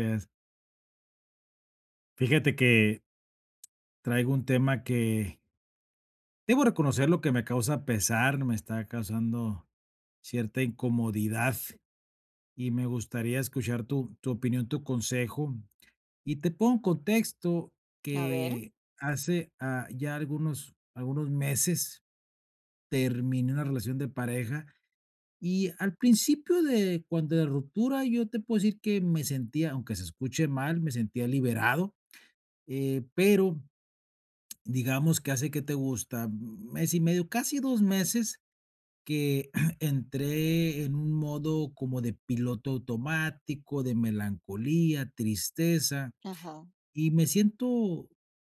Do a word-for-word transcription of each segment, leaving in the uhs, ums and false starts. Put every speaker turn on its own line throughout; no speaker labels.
Es. Fíjate que traigo un tema que debo reconocerlo que me causa pesar, me está causando cierta incomodidad y me gustaría escuchar tu, tu opinión, tu consejo. Y te pongo en contexto
A ver,
que hace ah, ya algunos, algunos meses terminé una relación de pareja y al principio de cuando de ruptura yo te puedo decir que me sentía, aunque se escuche mal, me sentía liberado, eh, pero digamos que hace, que te gusta? Mes y medio, casi dos meses que entré en un modo como de piloto automático, de melancolía, tristeza.
ajá,
Y me siento,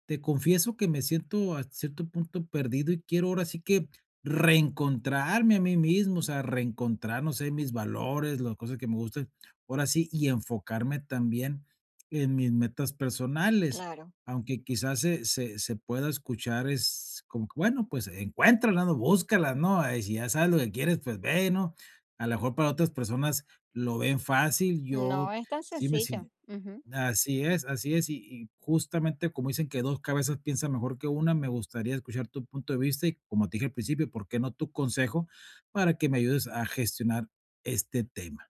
te confieso que me siento a cierto punto perdido y quiero ahora sí que reencontrarme a mí mismo, o sea, reencontrar, no sé, mis valores, las cosas que me gustan, ahora sí, y enfocarme también en mis metas personales,
claro.
aunque quizás se se se pueda escuchar es como que, bueno, pues, encuéntralas, ¿no? Búscalas, ¿no? Ay, si ya sabes lo que quieres, pues, ve, ¿no? A lo mejor para otras personas lo ven fácil,
No
yo
es tan
sí me si.
sencillo. Ujú.
Así es, así es, y y justamente como dicen que dos cabezas piensan mejor que una, me gustaría escuchar tu punto de vista y, como te dije al principio, ¿por qué no tu consejo para que me ayudes a gestionar este tema?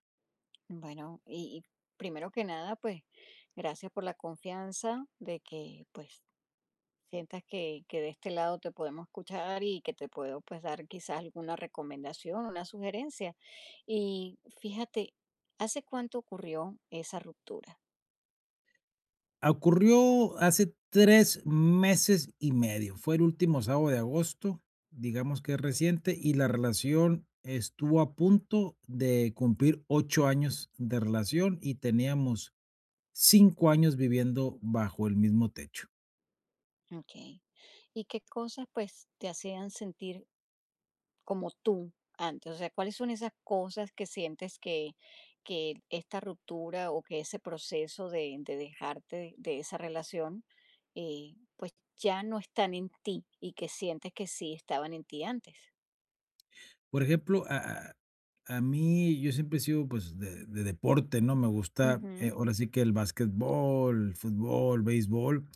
Bueno, y, y primero que nada, pues gracias por la confianza de que pues sientas que, que de este lado te podemos escuchar y que te puedo pues dar quizás alguna recomendación, una sugerencia. Y fíjate, ¿hace cuánto ocurrió esa ruptura?
Ocurrió hace tres meses y medio, fue el último sábado de agosto, digamos que es reciente, y la relación estuvo a punto de cumplir ocho años de relación y teníamos cinco años viviendo bajo el mismo techo.
Ok. ¿Y qué cosas pues te hacían sentir como tú antes? O sea, ¿cuáles son esas cosas que sientes que, que esta ruptura o que ese proceso de, de dejarte de esa relación, eh, pues ya no están en ti y que sientes que sí estaban en ti antes?
Por ejemplo, a a mí yo siempre he sido, pues, de de deporte, ¿no? Me gusta, eh,
Ujú,
ahora sí que el básquetbol, el fútbol, béisbol,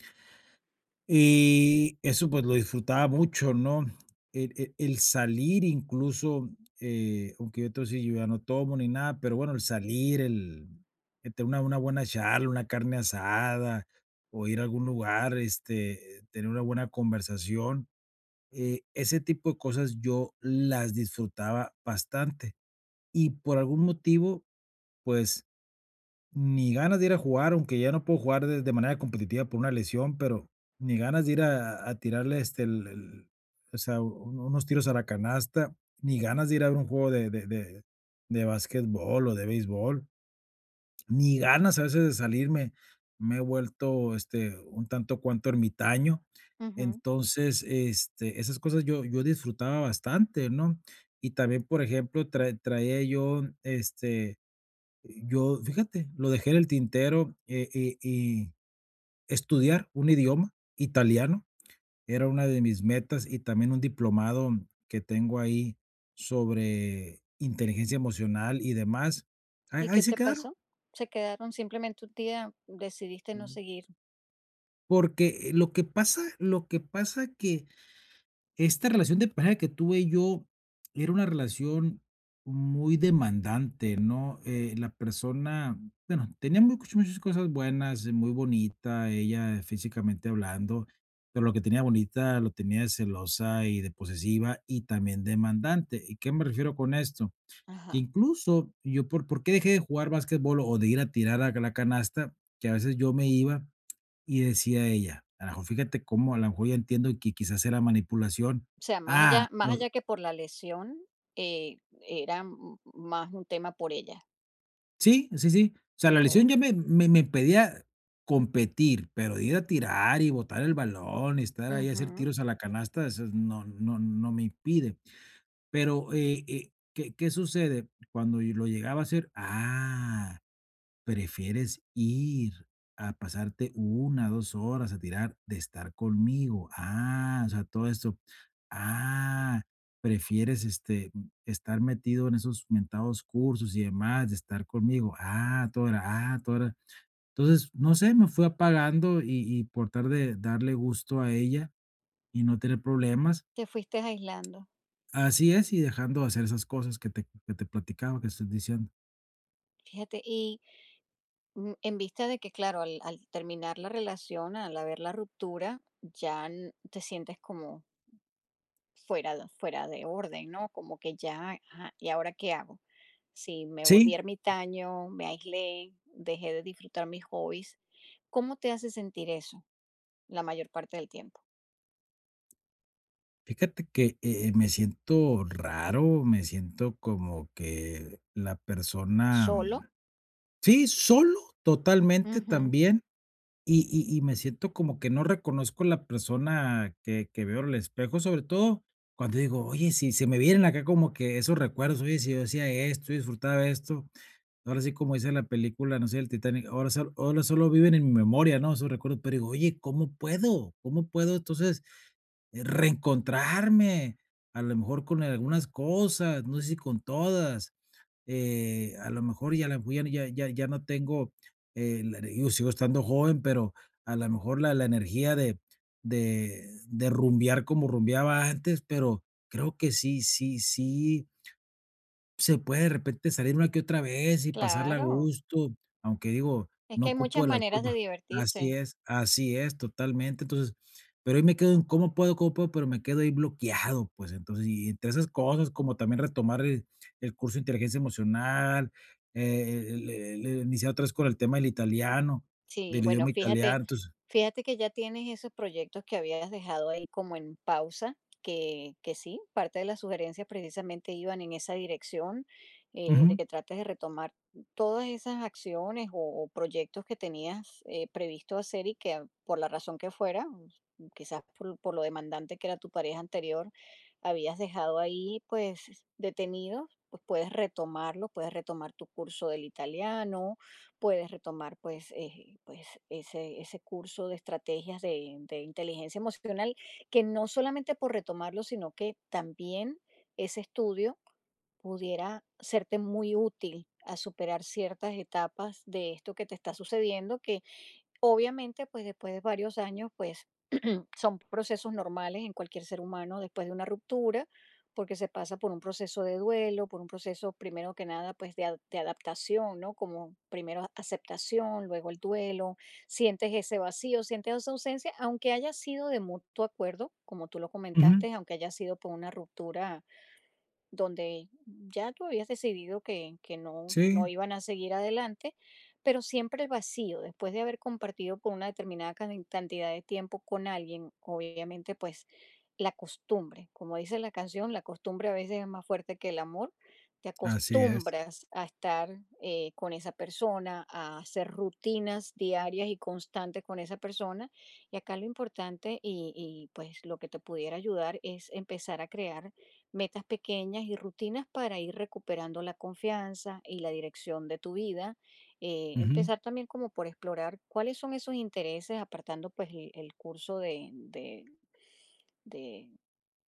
y eso, pues, lo disfrutaba mucho, ¿no? El el el salir incluso, eh, aunque yo te voy, yo ya no tomo ni nada, pero bueno, el salir, el el tener una una buena charla, una carne asada, o ir a algún lugar, este, tener una buena conversación. Eh, ese tipo de cosas yo las disfrutaba bastante y por algún motivo, pues ni ganas de ir a jugar, aunque ya no puedo jugar de, de manera competitiva por una lesión, pero ni ganas de ir a, a tirarle este, el- el- o sea, un- unos tiros a la canasta, ni ganas de ir a ver un juego de, de, de, de básquetbol o de béisbol, ni ganas a veces de salirme, me he vuelto, este, un tanto cuanto ermitaño.
ujú.
Entonces, este, esas cosas yo yo disfrutaba bastante, ¿no? Y también, por ejemplo, tra traía yo, este, yo, fíjate, lo dejé en el tintero, eh, y y estudiar un idioma, italiano, era una de mis metas, y también un diplomado que tengo ahí sobre inteligencia emocional y demás. Ahí
¿Y
ahí
qué
se
te
quedaron.
pasó? Se quedaron simplemente un día, decidiste no seguir.
Porque lo que pasa lo que pasa que esta relación de pareja que tuve yo era una relación muy demandante, ¿no? Eh, la persona, bueno, tenía much muchas cosas buenas, eh, muy bonita ella físicamente hablando, pero lo que tenía bonita lo tenía de celosa y de posesiva y también demandante. ¿Y qué me refiero con esto? Que
Ajá.
incluso yo por ¿por qué dejé de jugar básquetbol o de ir a tirar a la canasta? Que a veces yo me iba y decía ella, a lo mejor fíjate cómo, a lo mejor ya entiendo que quizás era manipulación.
O sea, más
Ah,
allá, más
claro. O
allá que por la lesión, eh, era m- más un tema por ella.
sí, sí, sí. O sea, la
Ok.
lesión ya me me me pedía competir, pero de ir a tirar y botar el balón y estar ahí a hacer
Ujú.
tiros a la canasta, eso no no no me impide. Pero, eh eh, ¿qué qué sucede? Cuando yo lo llegaba a hacer, ah, prefieres ir a pasarte una dos horas a tirar de estar conmigo. Ah, o sea, todo esto. Ah, prefieres, este, mm, estar metido en esos mentados cursos y demás, de estar conmigo. Ah, todo era ah, todo era, entonces, no sé, me fui apagando y y por tratar de darle gusto a ella y no tener problemas.
Te fuiste aislando.
Así es, y dejando de hacer esas cosas que te que te platicaba, que estoy diciendo.
Fíjate, y mm, en vista de que, claro, al, al terminar la relación, al haber la ruptura, ya n- te sientes como fuera, de- fuera de orden, ¿no? Como que ya, ajá, ¿y ahora qué hago? Si me volví
Sí.
ermitaño, me aislé, dejé de disfrutar mis hobbies, ¿cómo te hace sentir eso la mayor parte del tiempo?
Fíjate que, eh, me siento raro, me siento como que la persona, mm,
¿Solo?
sí, solo, totalmente
Ujú.
también, y y y me siento como que no reconozco la persona que que veo en el espejo, sobre todo cuando digo: "Oye", si se me vienen acá como que esos recuerdos, oye, si yo hacía esto, yo disfrutaba esto, ahora sí, como dice la película, no sé, el Titanic, ahora sol ahora solo viven en mi memoria, ¿no?, esos recuerdos, pero digo: "Oye, ¿cómo puedo? ¿Cómo puedo?". Entonces, eh, reencontrarme, a lo mejor con algunas cosas, no sé si con todas, eh, a lo mejor ya la ya ya ya ya no tengo, eh, la digo, sigo estando joven, pero a lo mejor la la energía de de de rumbear como rumbeaba antes, pero creo que sí sí sí se puede de repente salir una que otra vez y pasarla a
Claro,
gusto, aunque digo,
es
no
que hay
ocupo
muchas
el alcohol
maneras de
pa, así
divertirse.
es, así es, totalmente. Entonces, pero ahí me quedo en cómo puedo, cómo puedo, pero me quedo ahí bloqueado, pues, entonces, y entre esas cosas, como también retomar el el curso de inteligencia emocional, eh, el el el iniciar otra vez con el tema del italiano,
Sí,
del
bueno,
idioma italiano,
fíjate,
entonces
fíjate que ya tienes esos proyectos que habías dejado ahí como en pausa, que, que sí, parte de las sugerencias precisamente iban en esa dirección, eh, de
ujú,
que trates de retomar todas esas acciones o, o proyectos que tenías, eh, previsto hacer y que a- por la razón que fuera, quizás por, por lo demandante que era tu pareja anterior, habías dejado ahí pues detenidos, pues puedes retomarlo, puedes retomar tu curso del italiano, puedes retomar pues, eh, pues ese, ese curso de estrategias de, de inteligencia emocional, que no solamente por retomarlo, sino que también ese estudio pudiera serte muy útil a superar ciertas etapas de esto que te está sucediendo. Que obviamente, pues después de varios años, pues son procesos normales en cualquier ser humano después de una ruptura, porque se pasa por un proceso de duelo, por un proceso primero que nada, pues de, ad- de adaptación, ¿no? Como primero aceptación, luego el duelo, sientes ese vacío, sientes esa ausencia, aunque haya sido de mutuo acuerdo, como tú lo
ujú,
comentaste, aunque haya sido por una ruptura donde ya tú habías decidido que, que no, no
sí,
iban a seguir adelante, pero siempre el vacío, después de haber compartido por una determinada can- cantidad de tiempo con alguien, obviamente pues la costumbre, como dice la canción, la costumbre a veces es más fuerte que el amor, te
así es,
acostumbras a estar eh, con esa persona, a hacer rutinas diarias y constantes con esa persona, y acá lo importante y, y pues lo que te pudiera ayudar es empezar a crear metas pequeñas y rutinas para ir recuperando la confianza y la dirección de tu vida. Eh,
ujú.
empezar también como por explorar cuáles son esos intereses, apartando pues el, el curso de, de,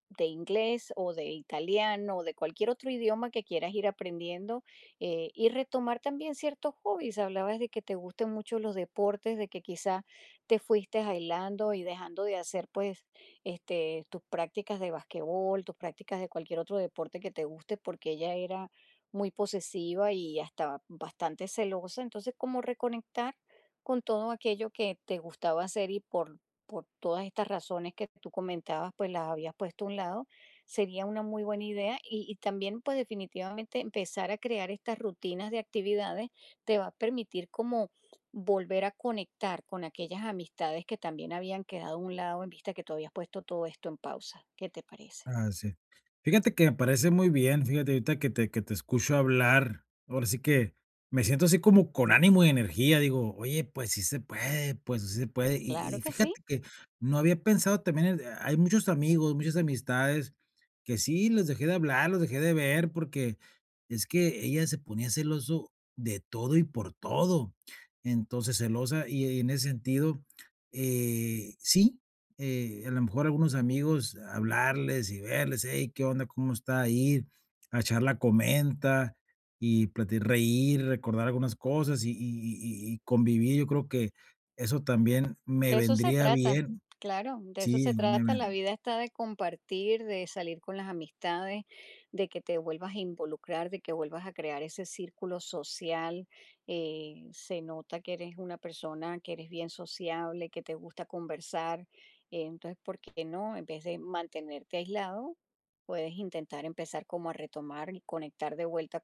de inglés o de italiano o de cualquier otro idioma que quieras ir aprendiendo, eh, y retomar también ciertos hobbies. Hablabas de que te gusten mucho los deportes, de que quizá te fuiste aislando y dejando de hacer pues este, tus prácticas de basquetbol, tus prácticas de cualquier otro deporte que te guste porque ella era muy posesiva y hasta bastante celosa. Entonces, ¿cómo reconectar con todo aquello que te gustaba hacer y por por todas estas razones que tú comentabas, pues las habías puesto a un lado? Sería una muy buena idea, y, y también pues definitivamente empezar a crear estas rutinas de actividades te va a permitir como volver a conectar con aquellas amistades que también habían quedado a un lado en vista que tú habías puesto todo esto en pausa. ¿Qué te parece?
Ah, sí. Fíjate que me parece muy bien, fíjate, ahorita que te, que te escucho hablar, ahora sí que me siento así como con ánimo y energía, digo, oye, pues sí se puede, pues sí se puede. Y,
Claro
y
que sí.
fíjate que no había pensado también, en- hay muchos amigos, muchas amistades que sí, les dejé de hablar, los dejé de ver, porque es que ella se ponía celoso de todo y por todo. Entonces, celosa y, y en ese sentido, eh, sí, eh, a lo mejor algunos amigos hablarles y verles, hey, ¿qué onda? ¿Cómo está ahí? A echar la comenta y plati- reír, recordar algunas cosas y, y- y- y convivir. Yo creo que eso también me
De eso se
vendría
trata,
bien.
claro, de eso se
Sí, me
trata. La
ven-.
vida está de compartir, de salir con las amistades, de que te vuelvas a involucrar, de que vuelvas a crear ese círculo social. Eh, se nota que eres una persona que eres bien sociable, que te gusta conversar. Eh, entonces, ¿por qué no? En vez de mantenerte aislado, puedes intentar empezar como a retomar y conectar de vuelta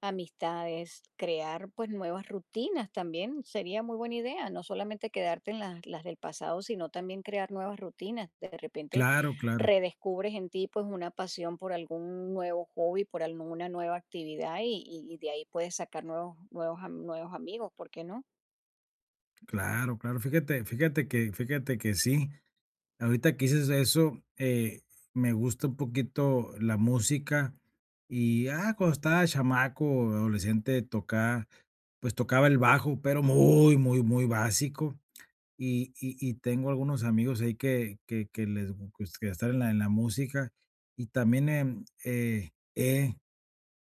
amistades, crear pues nuevas rutinas también sería muy buena idea, no solamente quedarte en las, las del pasado, sino también crear nuevas rutinas. De repente
Claro, claro,
redescubres en ti pues una pasión por algún nuevo hobby, por alguna nueva actividad y, y- y de ahí puedes sacar nuevos, nuevos, am- nuevos amigos, ¿por qué no?
claro, claro. Fíjate, fíjate que, fíjate que sí. Ahorita que dices eso, eh, me gusta un poquito la música y, ah, cuando estaba chamaco o adolescente tocaba, pues tocaba el bajo, pero muy, muy, muy básico. Y, y, y tengo algunos amigos ahí que, que, que les gusta estar en la, en la música. Y también em, eh, he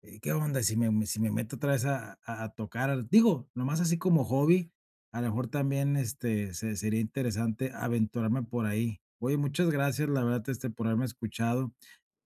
eh, ¿qué onda? Si me me- si me meto otra vez a a a tocar, digo, nomás así como hobby, a lo mejor también, este, se sería interesante aventurarme por ahí. Oye, muchas gracias, la verdad, este, por haberme escuchado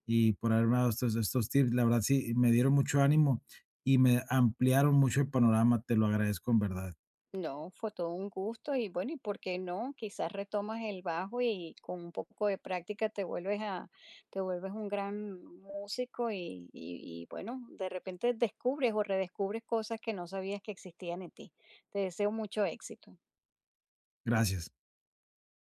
y por haberme dado estos estos tips. La verdad, sí, me dieron mucho ánimo y me ampliaron mucho el panorama. Te lo agradezco en verdad.
No, fue todo un gusto y bueno, ¿y por qué no? Quizás retomas el bajo y con un poco de práctica te vuelves a, te vuelves un gran músico y, y- y, bueno, de repente descubres o redescubres cosas que no sabías que existían en ti. Te deseo mucho éxito.
Gracias.